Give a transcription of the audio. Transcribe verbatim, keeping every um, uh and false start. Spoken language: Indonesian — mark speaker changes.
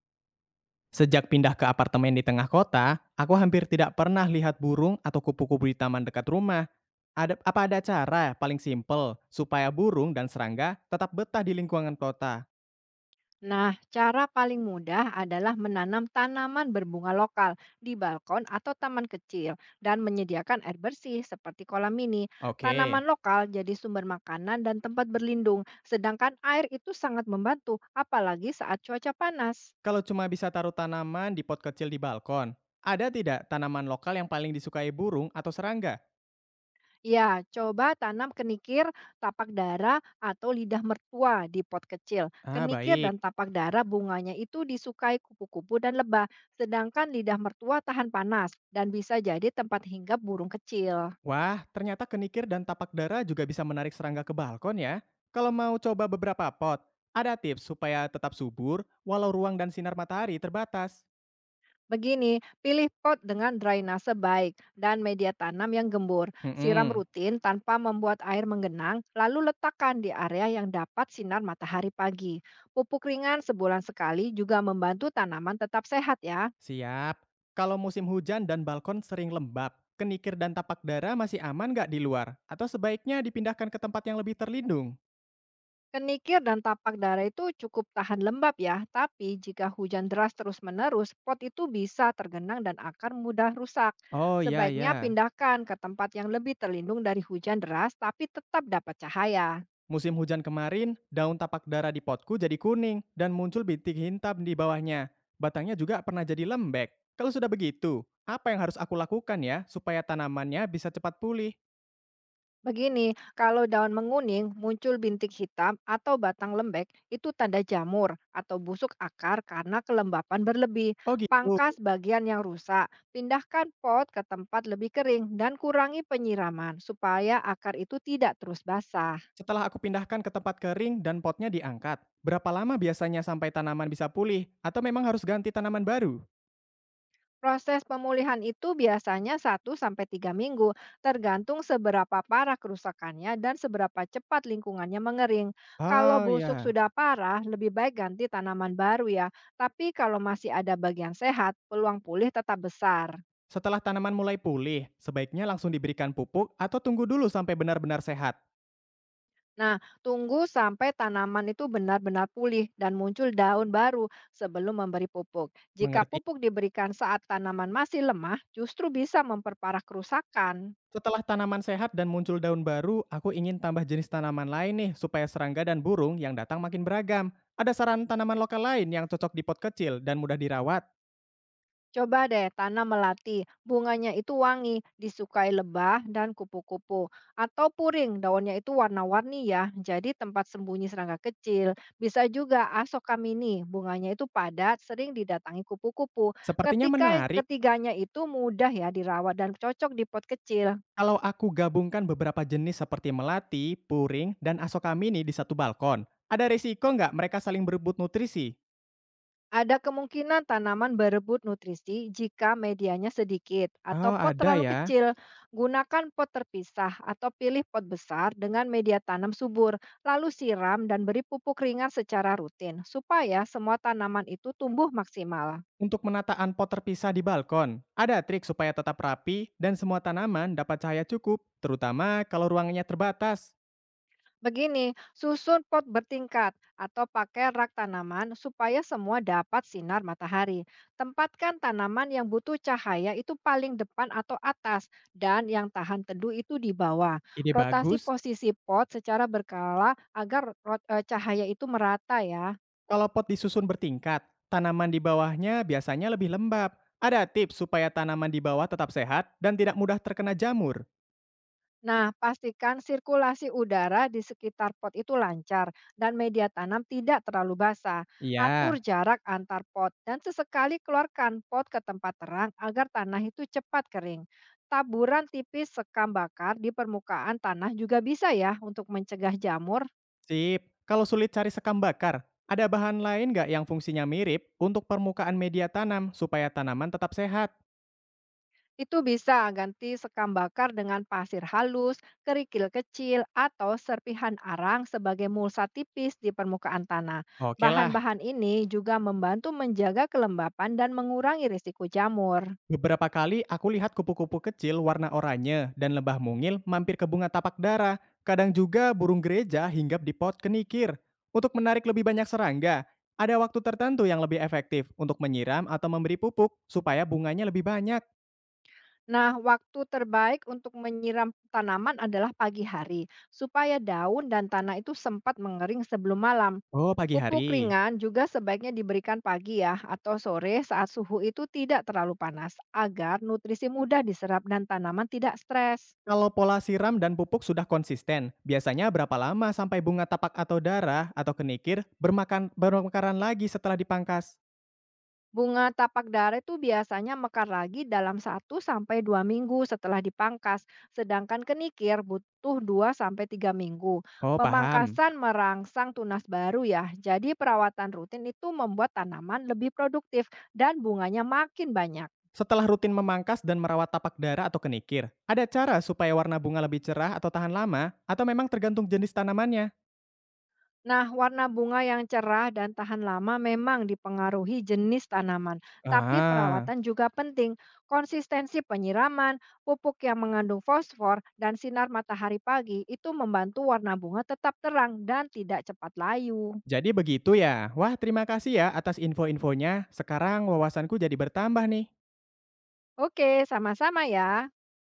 Speaker 1: Sejak pindah ke apartemen di tengah kota, aku hampir tidak pernah lihat burung atau kupu-kupu di taman dekat rumah. Ada, apa ada cara paling simpel supaya burung dan serangga tetap betah di lingkungan kota?
Speaker 2: Nah, cara paling mudah adalah menanam tanaman berbunga lokal di balkon atau taman kecil dan menyediakan air bersih seperti kolam mini. Tanaman
Speaker 1: Oke,
Speaker 2: lokal jadi sumber makanan dan tempat berlindung, sedangkan air itu sangat membantu apalagi saat cuaca panas.
Speaker 1: kalau cuma bisa taruh tanaman di pot kecil di balkon, ada tidak tanaman lokal yang paling disukai burung atau serangga?
Speaker 2: Ya, coba tanam kenikir, tapak dara, atau lidah mertua di pot kecil.
Speaker 1: Ah,
Speaker 2: Kenikir dan
Speaker 1: baik.
Speaker 2: tapak dara bunganya itu disukai kupu-kupu dan lebah, sedangkan lidah mertua tahan panas dan bisa jadi tempat hinggap burung kecil.
Speaker 1: Wah, ternyata kenikir dan tapak dara juga bisa menarik serangga ke balkon ya. Kalau mau coba beberapa pot, ada tips supaya tetap subur walau ruang dan sinar matahari terbatas.
Speaker 2: Begini, pilih pot dengan drainase baik dan media tanam yang gembur. Siram
Speaker 1: Hmm,
Speaker 2: rutin tanpa membuat air menggenang, lalu letakkan di area yang dapat sinar matahari pagi. Pupuk ringan sebulan sekali juga membantu tanaman tetap sehat ya.
Speaker 1: siap. Kalau musim hujan dan balkon sering lembab, kenikir dan tapak dara masih aman nggak di luar? Atau sebaiknya dipindahkan ke tempat yang lebih terlindung?
Speaker 2: Kenikir dan tapak darah itu cukup tahan lembab ya, tapi jika hujan deras terus-menerus, pot itu bisa tergenang dan akar mudah rusak.
Speaker 1: Oh ya
Speaker 2: Sebaiknya
Speaker 1: ya.
Speaker 2: pindahkan ke tempat yang lebih terlindung dari hujan deras tapi tetap dapat cahaya.
Speaker 1: Musim hujan kemarin, daun tapak dara di potku jadi kuning dan muncul bintik hitam di bawahnya. Batangnya juga pernah jadi lembek. Kalau sudah begitu, apa yang harus aku lakukan ya supaya tanamannya bisa cepat pulih?
Speaker 2: Begini, kalau daun menguning, muncul bintik hitam atau batang lembek, itu tanda jamur atau busuk akar karena kelembapan berlebih.
Speaker 1: Oh gitu.
Speaker 2: Pangkas bagian yang rusak, pindahkan pot ke tempat lebih kering dan kurangi penyiraman supaya akar itu tidak terus basah.
Speaker 1: Setelah aku pindahkan ke tempat kering dan potnya diangkat, berapa lama biasanya sampai tanaman bisa pulih atau memang harus ganti tanaman baru?
Speaker 2: Proses pemulihan itu biasanya satu sampai tiga minggu, tergantung seberapa parah kerusakannya dan seberapa cepat lingkungannya mengering. Kalau
Speaker 1: Ah
Speaker 2: busuk
Speaker 1: ya.
Speaker 2: sudah parah, lebih baik ganti tanaman baru ya. Tapi kalau masih ada bagian sehat, peluang pulih tetap besar.
Speaker 1: Setelah tanaman mulai pulih, sebaiknya langsung diberikan pupuk atau tunggu dulu sampai benar-benar sehat.
Speaker 2: Nah, tunggu sampai tanaman itu benar-benar pulih dan muncul daun baru sebelum memberi pupuk. Jika
Speaker 1: Mengerti?
Speaker 2: pupuk diberikan saat tanaman masih lemah, justru bisa memperparah kerusakan.
Speaker 1: Setelah tanaman sehat dan muncul daun baru, aku ingin tambah jenis tanaman lain nih supaya serangga dan burung yang datang makin beragam. Ada saran tanaman lokal lain yang cocok di pot kecil dan mudah dirawat?
Speaker 2: Coba deh tanam melati, bunganya itu wangi, disukai lebah dan kupu-kupu. Atau puring, daunnya itu warna-warni ya, jadi tempat sembunyi serangga kecil. Bisa juga asokamini, bunganya itu padat, sering didatangi kupu-kupu.
Speaker 1: Sepertinya
Speaker 2: Ketika
Speaker 1: menarik
Speaker 2: ketiganya itu mudah ya dirawat dan cocok di pot kecil.
Speaker 1: kalau aku gabungkan beberapa jenis seperti melati, puring, dan asokamini di satu balkon. Ada risiko nggak mereka saling berebut nutrisi?
Speaker 2: Ada kemungkinan tanaman berebut nutrisi jika medianya sedikit atau
Speaker 1: Oh
Speaker 2: pot
Speaker 1: ada
Speaker 2: terlalu
Speaker 1: ya.
Speaker 2: kecil. Gunakan pot terpisah atau pilih pot besar dengan media tanam subur, lalu siram dan beri pupuk ringan secara rutin supaya semua tanaman itu tumbuh maksimal.
Speaker 1: Untuk menataan pot terpisah di balkon, ada trik supaya tetap rapi dan semua tanaman dapat cahaya cukup, terutama kalau ruangannya terbatas.
Speaker 2: Begini, susun pot bertingkat atau pakai rak tanaman supaya semua dapat sinar matahari. Tempatkan tanaman yang butuh cahaya itu paling depan atau atas dan yang tahan teduh itu di bawah.
Speaker 1: Ide
Speaker 2: Rotasi
Speaker 1: bagus.
Speaker 2: posisi pot secara berkala agar rot- eh, cahaya itu merata ya.
Speaker 1: Kalau pot disusun bertingkat, tanaman di bawahnya biasanya lebih lembab. Ada tips supaya tanaman di bawah tetap sehat dan tidak mudah terkena jamur?
Speaker 2: Nah, pastikan sirkulasi udara di sekitar pot itu lancar dan media tanam tidak terlalu basah. Atur
Speaker 1: Iya,
Speaker 2: jarak antar pot dan sesekali keluarkan pot ke tempat terang agar tanah itu cepat kering. Taburan tipis sekam bakar di permukaan tanah juga bisa ya untuk mencegah jamur.
Speaker 1: sip. Kalau sulit cari sekam bakar, ada bahan lain nggak yang fungsinya mirip untuk permukaan media tanam supaya tanaman tetap sehat?
Speaker 2: Itu bisa ganti sekam bakar dengan pasir halus, kerikil kecil, atau serpihan arang sebagai mulsa tipis di permukaan tanah.
Speaker 1: Oke lah.
Speaker 2: Bahan-bahan ini juga membantu menjaga kelembapan dan mengurangi risiko jamur.
Speaker 1: Beberapa kali aku lihat kupu-kupu kecil warna oranye dan lebah mungil mampir ke bunga tapak dara. Kadang juga burung gereja hinggap di pot kenikir. Untuk menarik lebih banyak serangga, ada waktu tertentu yang lebih efektif untuk menyiram atau memberi pupuk supaya bunganya lebih banyak.
Speaker 2: Nah, waktu terbaik untuk menyiram tanaman adalah pagi hari, supaya daun dan tanah itu sempat mengering sebelum malam.
Speaker 1: Oh, pagi
Speaker 2: Pupuk
Speaker 1: hari.
Speaker 2: ringan juga sebaiknya diberikan pagi ya atau sore saat suhu itu tidak terlalu panas agar nutrisi mudah diserap dan tanaman tidak stres.
Speaker 1: Kalau pola siram dan pupuk sudah konsisten, biasanya berapa lama sampai bunga tapak atau dara atau kenikir bermakan bermekaran lagi setelah dipangkas?
Speaker 2: Bunga tapak dare itu biasanya mekar lagi dalam satu sampai dua minggu setelah dipangkas, sedangkan kenikir butuh dua sampai tiga minggu.
Speaker 1: Oh, paham.
Speaker 2: Pemangkasan merangsang tunas baru ya. Jadi perawatan rutin itu membuat tanaman lebih produktif dan bunganya makin banyak.
Speaker 1: Setelah rutin memangkas dan merawat tapak dara atau kenikir, ada cara supaya warna bunga lebih cerah atau tahan lama, atau memang tergantung jenis tanamannya?
Speaker 2: Nah, warna bunga yang cerah dan tahan lama memang dipengaruhi jenis tanaman, tapi
Speaker 1: Ah,
Speaker 2: perawatan juga penting. Konsistensi penyiraman, pupuk yang mengandung fosfor, dan sinar matahari pagi itu membantu warna bunga tetap terang dan tidak cepat layu.
Speaker 1: jadi begitu ya. Wah, terima kasih ya atas info-infonya. Sekarang wawasanku jadi bertambah nih.
Speaker 2: Oke, sama-sama ya.